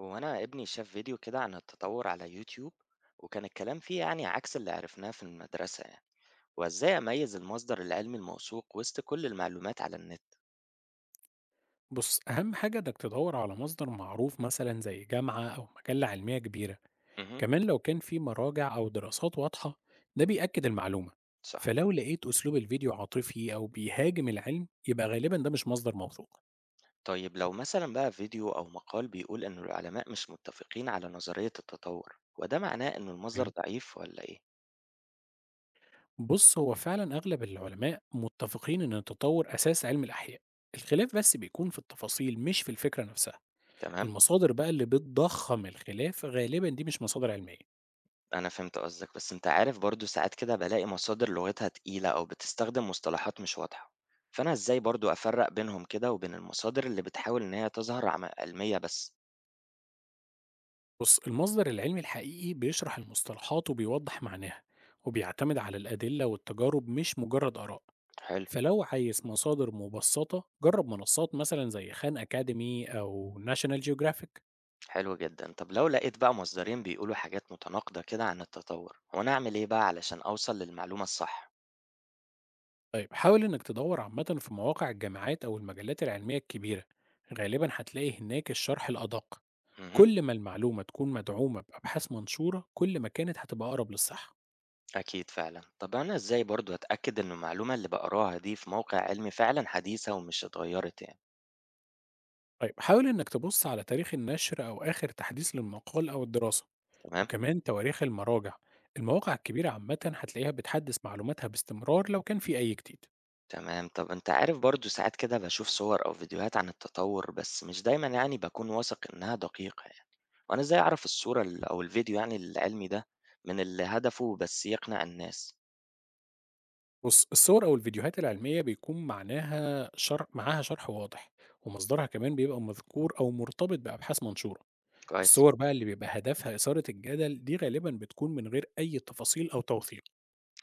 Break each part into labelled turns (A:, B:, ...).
A: هو أنا ابني شاف فيديو كده عن التطور على يوتيوب، وكان الكلام فيه يعني عكس اللي عرفناه في المدرسة يعني. وإزاي أميز المصدر العلمي الموثوق وسط كل المعلومات على النت؟
B: بص أهم حاجة إنك تدور على مصدر معروف مثلا زي جامعة أو مجلة علمية كبيرة.
A: امم.
B: كمان لو كان في مراجع أو دراسات واضحة ده بيأكد المعلومة.
A: صح.
B: فلو لقيت أسلوب الفيديو عاطفي أو بيهاجم العلم يبقى غالبا ده مش مصدر موثوق.
A: طيب لو مثلا بقى فيديو أو مقال بيقول إن العلماء مش متفقين على نظرية التطور وده معناه إن المصدر
B: تمام.
A: ضعيف ولا إيه؟
B: بص هو فعلا أغلب العلماء متفقين إن التطور أساس علم الأحياء، الخلاف بس بيكون في التفاصيل مش في الفكرة نفسها.
A: تمام.
B: المصادر بقى اللي بتضخم الخلاف غالبا دي مش مصادر علمية.
A: أنا فهمت قصدك، بس أنت عارف برضه ساعات كده بالاقي مصادر لغتها تقيلة أو بتستخدم مصطلحات مش واضحة، فأنا إزاي برضه أفرق بينهم كده وبين المصادر اللي بتحاول إن هي تظهر علمية بس؟
B: بص المصدر العلمي الحقيقي بيشرح المصطلحات وبيوضح معناها، وبيعتمد على الأدلة والتجارب مش مجرد آراء.
A: حلو.
B: فلو عايز مصادر مبسطة جرب منصات مثلا زي خان أكاديمي أو ناشونال جيوغرافيك.
A: حلو جدا، طب لو لقيت بقى مصدرين بيقولوا حاجات متناقضة كده عن التطور، هو أنا أعمل إيه بقى علشان أوصل للمعلومة الصح؟
B: طيب حاول إنك تدور عامة في مواقع الجامعات أو المجلات العلمية الكبيرة، غالبا هتلاقي هناك الشرح الأدق.
A: امم.
B: كل ما المعلومة تكون مدعومة بأبحاث منشورة كل ما كانت هتبقى أقرب للصحة.
A: أكيد فعلا، طب أنا إزاي برضه أتأكد إن المعلومة اللي بقراها دي في موقع علمي فعلا حديثة ومش اتغيرت يعني؟
B: طيب حاول إنك تبص على تاريخ النشر أو آخر تحديث للمقال أو الدراسة،
A: تمام؟
B: وكمان تواريخ المراجع. المواقع الكبيرة عامة هتلاقيها بتحدث معلوماتها باستمرار لو كان في أي جديد.
A: تمام. طب انت عارف برضو ساعات كده بشوف صور او فيديوهات عن التطور بس مش دايما يعني بكون واثق انها دقيقة يعني. وانا ازاي اعرف الصورة او الفيديو يعني العلمي ده من اللي هدفه بس يقنع الناس؟
B: بص الصور أو الفيديوهات العلمية بيكون معناها شرح معاها شرح واضح، ومصدرها كمان بيبقى مذكور أو مرتبط بأبحاث منشورة.
A: كويس.
B: الصور بقى اللي بيبقى هدفها إثارة الجدل دي غالبا بتكون من غير أي تفاصيل أو توثيق.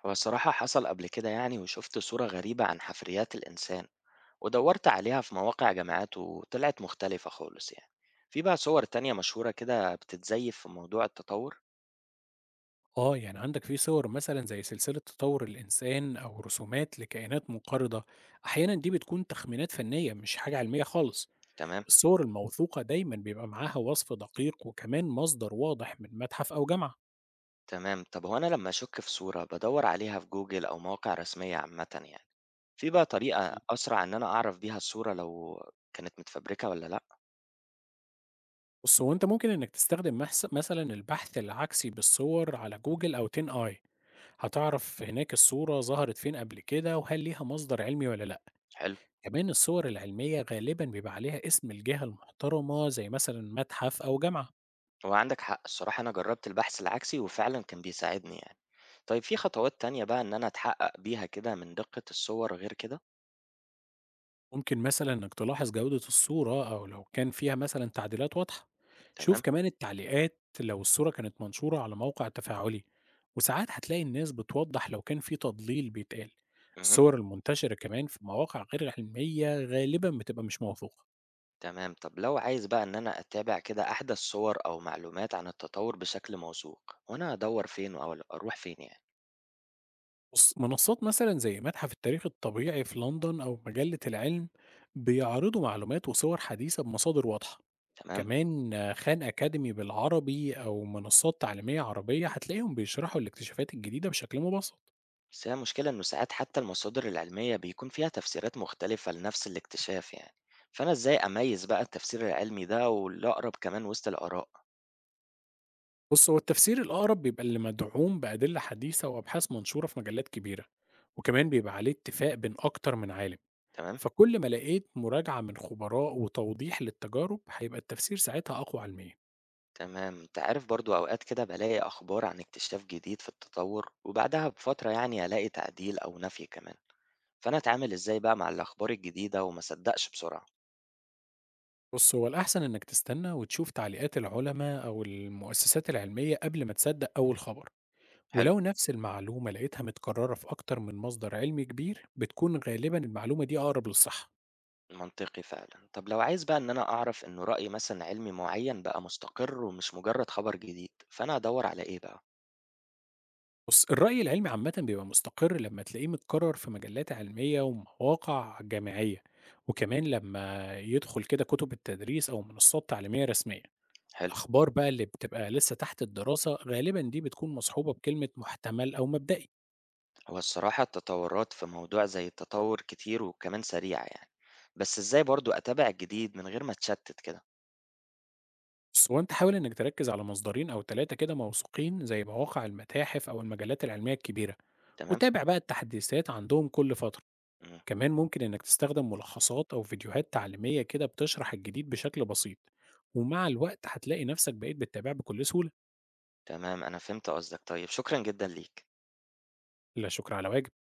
A: هو الصراحة حصل قبل كده يعني وشفت صورة غريبة عن حفريات الانسان، ودورت عليها في مواقع جامعات وطلعت مختلفة خالص يعني. في بقى صور تانية مشهورة كده بتتزيف في موضوع التطور؟
B: آه، يعني عندك في صور مثلًا زي سلسلة تطوّر الإنسان أو رسومات لكائنات منقرضة، أحيانًا دي بتكون تخمينات فنية مش حاجة علمية خالص.
A: تمام.
B: الصور الموثوقة دايمًا بيبقى معاها وصف دقيق وكمان مصدر واضح من متحف أو جامعة.
A: تمام. طب هو انا لما اشك في صورة بدور عليها في جوجل او مواقع رسمية عامة يعني، في بقى طريقة
B: إمم.
A: أسرع إن أنا أعرف بيها الصورة لو كانت متفبركة والّا لأ؟
B: بُص، هو أنت ممكن إنك تستخدم مثلًا البحث العكسي بالصور على جوجل أو Ten Eye، هتعرف هناك الصورة ظهرت فين قبل كده وهل ليها مصدر علمي والّا لأ.
A: حلو.
B: كمان الصور العلمية غالبًا بيبقى عليها اسم الجهة المحترمة زي مثلًا متحف أو جامعة.
A: هو عندك حق الصراحة أنا جرّبت البحث العكسي وفعلًا كان بيساعدني يعني. طيب في خطوات تانية بقى إن أنا أتحقق بيها كده من دقة الصور غير كده؟
B: ممكن مثلا إنك تلاحظ جودة الصورة أو لو كان فيها مثلا تعديلات واضحة. شوف
A: تمام.
B: كمان التعليقات لو الصورة كانت منشورة على موقع تفاعلي، وساعات هتلاقي الناس بتوضح لو كان في تضليل بيتقال.
A: اهم.
B: الصور المنتشرة كمان في مواقع غير علمية غالبا بتبقى مش موثوقة.
A: تمام. طب لو عايز بقى إن أنا أتابع كده أحدث صور أو معلومات عن التطور بشكل موثوق، هو أنا أدوّر فين أو ال أروح فين يعني؟
B: بص، منصات مثلا زي متحف التاريخ الطبيعي في لندن أو مجلة العلم بيعرضوا معلومات وصور حديثة بمصادر واضحة.
A: تمام.
B: كمان خان أكاديمي بالعربي أو منصات تعليمية عربية هتلاقيهم بيشرحوا الاكتشافات الجديدة بشكل مبسط.
A: بس هي المشكلة إنه ساعات حتى المصادر العلمية بيكون فيها تفسيرات مختلفة لنفس الاكتشاف يعني، فأنا إزاي أميز بقى التفسير العلمي ده والأقرب كمان وسط الآراء؟
B: بص هو التفسير الأقرب بيبقى اللي مدعوم بأدلة حديثة وأبحاث منشورة في مجلات كبيرة، وكمان بيبقى عليه اتفاق بين أكتر من عالم.
A: تمام.
B: فكل ما لقيت مراجعة من خبراء وتوضيح للتجارب هيبقى التفسير ساعتها أقوى علميا.
A: تمام. أنت عارف برضو أوقات كده بلاقي أخبار عن اكتشاف جديد في التطور وبعدها بفترة يعني ألاقي تعديل أو نفي كمان، فأنا أتعامل إزاي بقى مع الأخبار الجديدة وما صدقش بسرعة؟
B: بص هو الأحسن إنك تستنى وتشوف تعليقات العلماء أو المؤسسات العلمية قبل ما تصدق أول خبر.
A: حلو.
B: ولو نفس المعلومة لقيتها متكررة في أكتر من مصدر علمي كبير بتكون غالبا المعلومة دي أقرب للصح.
A: منطقي فعلا. طب لو عايز بقى إن أنا أعرف إنه رأي مثلا علمي معين بقى مستقر ومش مجرد خبر جديد، فأنا أدور على إيه بقى؟
B: بص الرأي العلمي عامة بيبقى مستقر لما تلاقيه متكرر في مجلات علمية ومواقع جامعية، وكمان لما يدخل كده كتب التدريس أو منصات تعليمية رسمية.
A: حلو.
B: الأخبار بقى اللي بتبقى لسه تحت الدراسة غالبا دي بتكون مصحوبة بكلمة محتمل أو مبدئي.
A: هو الصراحة التطورات في موضوع زي التطور كتير وكمان سريعة يعني، بس ازاي برضو اتابع الجديد من غير ما اتشتت كده؟
B: بس وانت حاول انك تركز على مصدرين او ثلاثة كده موثوقين زي مواقع المتاحف او المجلات العلمية الكبيرة،
A: تمام.
B: وتابع بقى التحديثات عندهم كل فترة.
A: مم.
B: كمان ممكن إنك تستخدم ملخصات أو فيديوهات تعليمية كده بتشرح الجديد بشكل بسيط، ومع الوقت هتلاقي نفسك بقيت بتتابع بكل سهولة.
A: تمام. انا فهمت قصدك، طيب شكرا جدا ليك.
B: لا شكر على واجب.